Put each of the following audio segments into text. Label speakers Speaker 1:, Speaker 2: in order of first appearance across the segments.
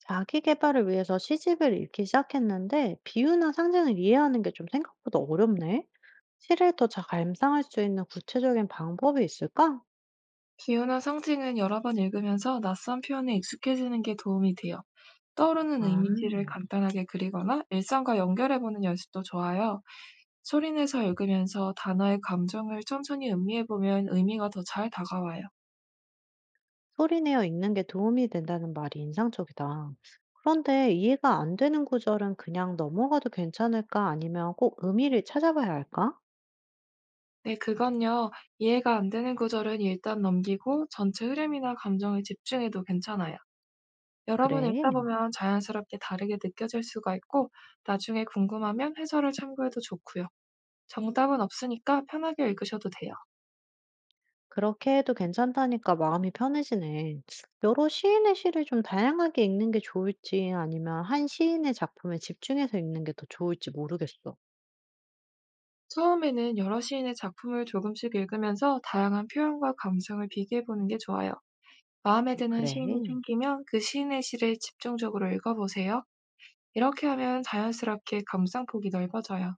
Speaker 1: 자기 계발을 위해서 시집을 읽기 시작했는데 비유나 상징을 이해하는 게 좀 생각보다 어렵네. 시를 더 잘 감상할 수 있는 구체적인 방법이 있을까?
Speaker 2: 기호나 상징은 여러 번 읽으면서 낯선 표현에 익숙해지는 게 도움이 돼요. 떠오르는
Speaker 1: 아,
Speaker 2: 의미를 지 간단하게 그리거나 일상과 연결해보는 연습도 좋아요. 소리내서 읽으면서 단어의 감정을 천천히 음미해보면 의미가 더 잘 다가와요.
Speaker 1: 소리 내어 읽는 게 도움이 된다는 말이 인상적이다. 그런데 이해가 안 되는 구절은 그냥 넘어가도 괜찮을까? 아니면 꼭 의미를 찾아봐야 할까?
Speaker 2: 네, 그건요. 이해가 안 되는 구절은 일단 넘기고 전체 흐름이나 감정에 집중해도 괜찮아요. 여러 번 읽다
Speaker 1: 그래.
Speaker 2: 보면 자연스럽게 다르게 느껴질 수가 있고 나중에 궁금하면 해설을 참고해도 좋고요. 정답은 없으니까 편하게 읽으셔도 돼요.
Speaker 1: 그렇게 해도 괜찮다니까 마음이 편해지네. 여러 시인의 시를 좀 다양하게 읽는 게 좋을지 아니면 한 시인의 작품에 집중해서 읽는 게 더 좋을지 모르겠어.
Speaker 2: 처음에는 여러 시인의 작품을 조금씩 읽으면서 다양한 표현과 감성을 비교해 보는 게 좋아요. 마음에 드는 시인이
Speaker 1: 그래.
Speaker 2: 생기면 그 시인의 시를 집중적으로 읽어보세요. 이렇게 하면 자연스럽게 감상폭이 넓어져요.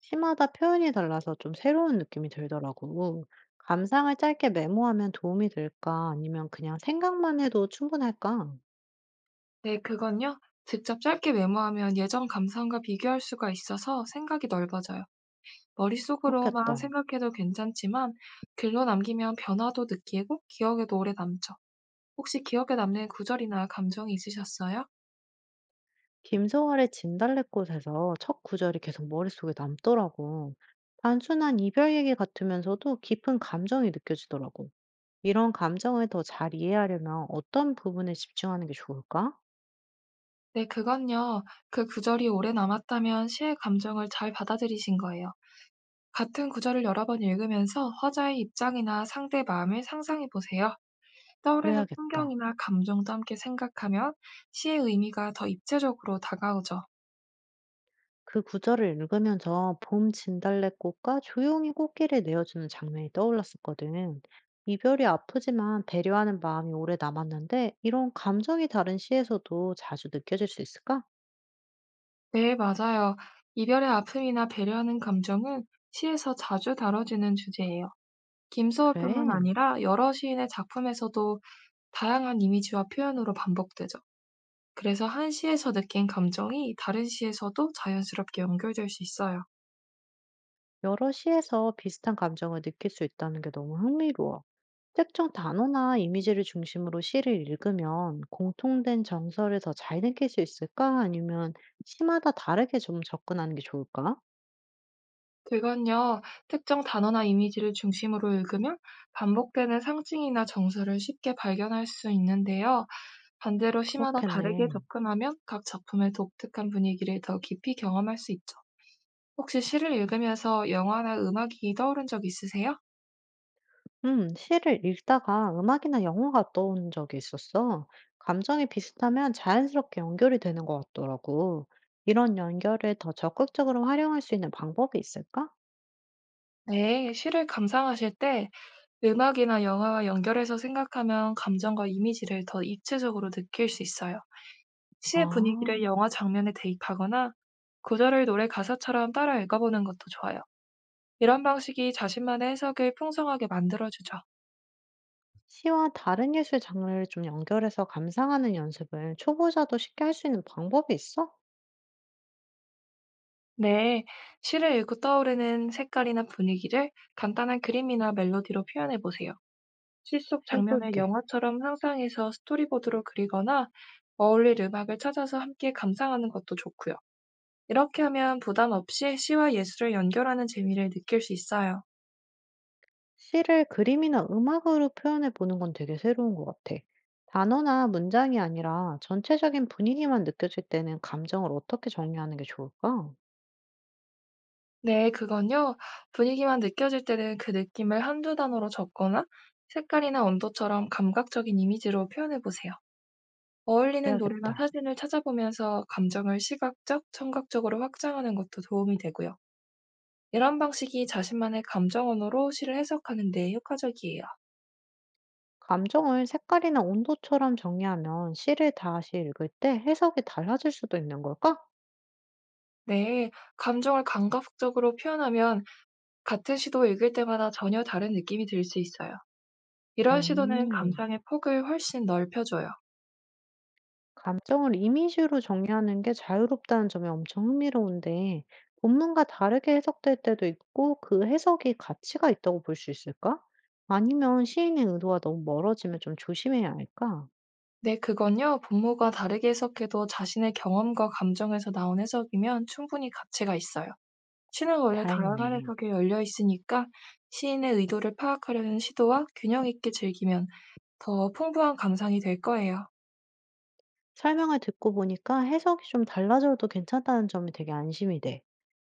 Speaker 1: 시마다 표현이 달라서 좀 새로운 느낌이 들더라고. 감상을 짧게 메모하면 도움이 될까? 아니면 그냥 생각만 해도 충분할까?
Speaker 2: 네, 그건요. 직접 짧게 메모하면 예전 감상과 비교할 수가 있어서 생각이 넓어져요. 머릿속으로만
Speaker 1: 그렇겠다.
Speaker 2: 생각해도 괜찮지만 글로 남기면 변화도 느끼고 기억에도 오래 남죠. 혹시 기억에 남는 구절이나 감정이 있으셨어요?
Speaker 1: 김소월의 진달래꽃에서 첫 구절이 계속 머릿속에 남더라고. 단순한 이별 얘기 같으면서도 깊은 감정이 느껴지더라고. 이런 감정을 더 잘 이해하려면 어떤 부분에 집중하는 게 좋을까?
Speaker 2: 네, 그건요. 그 구절이 오래 남았다면 시의 감정을 잘 받아들이신 거예요. 같은 구절을 여러 번 읽으면서 화자의 입장이나 상대의 마음을 상상해 보세요. 떠오르는
Speaker 1: 그래야겠다.
Speaker 2: 풍경이나 감정도 함께 생각하면 시의 의미가 더 입체적으로 다가오죠.
Speaker 1: 그 구절을 읽으면서 봄 진달래꽃과 조용히 꽃길을 내어주는 장면이 떠올랐었거든. 이별이 아프지만 배려하는 마음이 오래 남았는데 이런 감정이 다른 시에서도 자주 느껴질 수 있을까?
Speaker 2: 네, 맞아요. 이별의 아픔이나 배려하는 감정은 시에서 자주 다뤄지는 주제예요. 김소월뿐만
Speaker 1: 그래.
Speaker 2: 아니라 여러 시인의 작품에서도 다양한 이미지와 표현으로 반복되죠. 그래서 한 시에서 느낀 감정이 다른 시에서도 자연스럽게 연결될 수 있어요.
Speaker 1: 여러 시에서 비슷한 감정을 느낄 수 있다는 게 너무 흥미로워. 특정 단어나 이미지를 중심으로 시를 읽으면 공통된 정서를 더 잘 느낄 수 있을까? 아니면 시마다 다르게 좀 접근하는 게 좋을까?
Speaker 2: 그건요, 특정 단어나 이미지를 중심으로 읽으면 반복되는 상징이나 정서를 쉽게 발견할 수 있는데요. 반대로 시마다 다르게
Speaker 1: 그렇겠네.
Speaker 2: 접근하면 각 작품의 독특한 분위기를 더 깊이 경험할 수 있죠. 혹시 시를 읽으면서 영화나 음악이 떠오른 적 있으세요?
Speaker 1: 시를 읽다가 음악이나 영화가 떠오른 적이 있었어. 감정이 비슷하면 자연스럽게 연결이 되는 것 같더라고. 이런 연결을 더 적극적으로 활용할 수 있는 방법이 있을까?
Speaker 2: 네, 시를 감상하실 때 음악이나 영화와 연결해서 생각하면 감정과 이미지를 더 입체적으로 느낄 수 있어요. 시의
Speaker 1: 아.
Speaker 2: 분위기를 영화 장면에 대입하거나 구절을 노래 가사처럼 따라 읽어보는 것도 좋아요. 이런 방식이 자신만의 해석을 풍성하게 만들어주죠.
Speaker 1: 시와 다른 예술 장르를 좀 연결해서 감상하는 연습을 초보자도 쉽게 할 수 있는 방법이 있어?
Speaker 2: 네, 시를 읽고 떠오르는 색깔이나 분위기를 간단한 그림이나 멜로디로 표현해보세요. 시 속 장면을
Speaker 1: 해볼게.
Speaker 2: 영화처럼 상상해서 스토리보드로 그리거나 어울릴 음악을 찾아서 함께 감상하는 것도 좋고요. 이렇게 하면 부담 없이 시와 예술을 연결하는 재미를 느낄 수 있어요.
Speaker 1: 시를 그림이나 음악으로 표현해 보는 건 되게 새로운 것 같아. 단어나 문장이 아니라 전체적인 분위기만 느껴질 때는 감정을 어떻게 정리하는 게 좋을까?
Speaker 2: 네, 그건요. 분위기만 느껴질 때는 그 느낌을 한두 단어로 적거나 색깔이나 온도처럼 감각적인 이미지로 표현해 보세요. 어울리는 노래나
Speaker 1: 그래야겠다.
Speaker 2: 사진을 찾아보면서 감정을 시각적, 청각적으로 확장하는 것도 도움이 되고요. 이런 방식이 자신만의 감정 언어로 시를 해석하는 데 효과적이에요.
Speaker 1: 감정을 색깔이나 온도처럼 정리하면 시를 다시 읽을 때 해석이 달라질 수도 있는 걸까?
Speaker 2: 네, 감정을 감각적으로 표현하면 같은 시도 읽을 때마다 전혀 다른 느낌이 들 수 있어요. 이런 시도는
Speaker 1: 음.
Speaker 2: 감상의 폭을 훨씬 넓혀줘요.
Speaker 1: 감정을 이미지로 정리하는 게 자유롭다는 점이 엄청 흥미로운데, 본문과 다르게 해석될 때도 있고, 그 해석이 가치가 있다고 볼 수 있을까? 아니면 시인의 의도와 너무 멀어지면 좀 조심해야 할까?
Speaker 2: 네, 그건요. 본모가 다르게 해석해도 자신의 경험과 감정에서 나온 해석이면 충분히 가치가 있어요. 시는 원래 다양한
Speaker 1: 다행이네.
Speaker 2: 해석에 열려 있으니까 시인의 의도를 파악하려는 시도와 균형 있게 즐기면 더 풍부한 감상이 될 거예요.
Speaker 1: 설명을 듣고 보니까 해석이 좀 달라져도 괜찮다는 점이 되게 안심이 돼.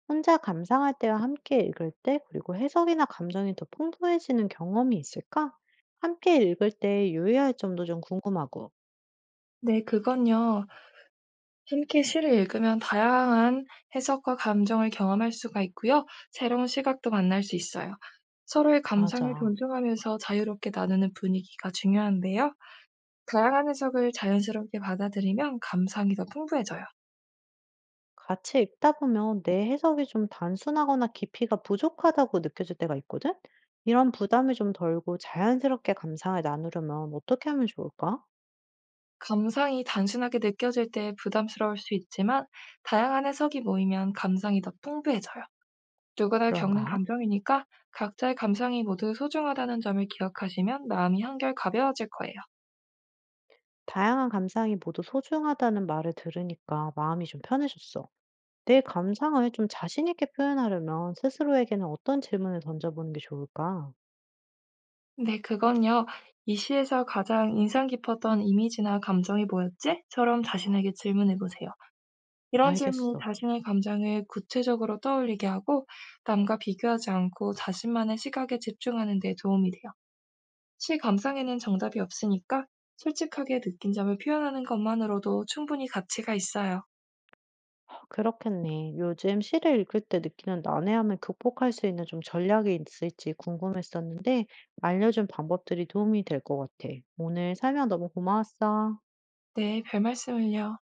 Speaker 1: 혼자 감상할 때와 함께 읽을 때, 그리고 해석이나 감정이 더 풍부해지는 경험이 있을까? 함께 읽을 때 유의할 점도 좀 궁금하고.
Speaker 2: 네, 그건요. 함께 시를 읽으면 다양한 해석과 감정을 경험할 수가 있고요. 새로운 시각도 만날 수 있어요. 서로의 감상을
Speaker 1: 맞아.
Speaker 2: 존중하면서 자유롭게 나누는 분위기가 중요한데요. 다양한 해석을 자연스럽게 받아들이면 감상이 더 풍부해져요.
Speaker 1: 같이 읽다 보면 내 해석이 좀 단순하거나 깊이가 부족하다고 느껴질 때가 있거든? 이런 부담이 좀 덜고 자연스럽게 감상을 나누려면 어떻게 하면 좋을까?
Speaker 2: 감상이 단순하게 느껴질 때 부담스러울 수 있지만 다양한 해석이 모이면 감상이 더 풍부해져요. 누구나 겪는
Speaker 1: 그런가?
Speaker 2: 감정이니까 각자의 감상이 모두 소중하다는 점을 기억하시면 마음이 한결 가벼워질 거예요.
Speaker 1: 다양한 감상이 모두 소중하다는 말을 들으니까 마음이 좀 편해졌어. 내 감상을 좀 자신 있게 표현하려면 스스로에게는 어떤 질문을 던져보는 게 좋을까?
Speaker 2: 네, 그건요. 이 시에서 가장 인상 깊었던 이미지나 감정이 뭐였지?처럼 자신에게 질문해 보세요. 이런 질문이
Speaker 1: 알겠어.
Speaker 2: 자신의 감정을 구체적으로 떠올리게 하고 남과 비교하지 않고 자신만의 시각에 집중하는 데 도움이 돼요. 실감상에는 정답이 없으니까 솔직하게 느낀 점을 표현하는 것만으로도 충분히 가치가 있어요.
Speaker 1: 그렇겠네. 요즘 시를 읽을 때 느끼는 난해함을 극복할 수 있는 좀 전략이 있을지 궁금했었는데, 알려준 방법들이 도움이 될 것 같아. 오늘 설명 너무 고마웠어.
Speaker 2: 네, 별 말씀을요.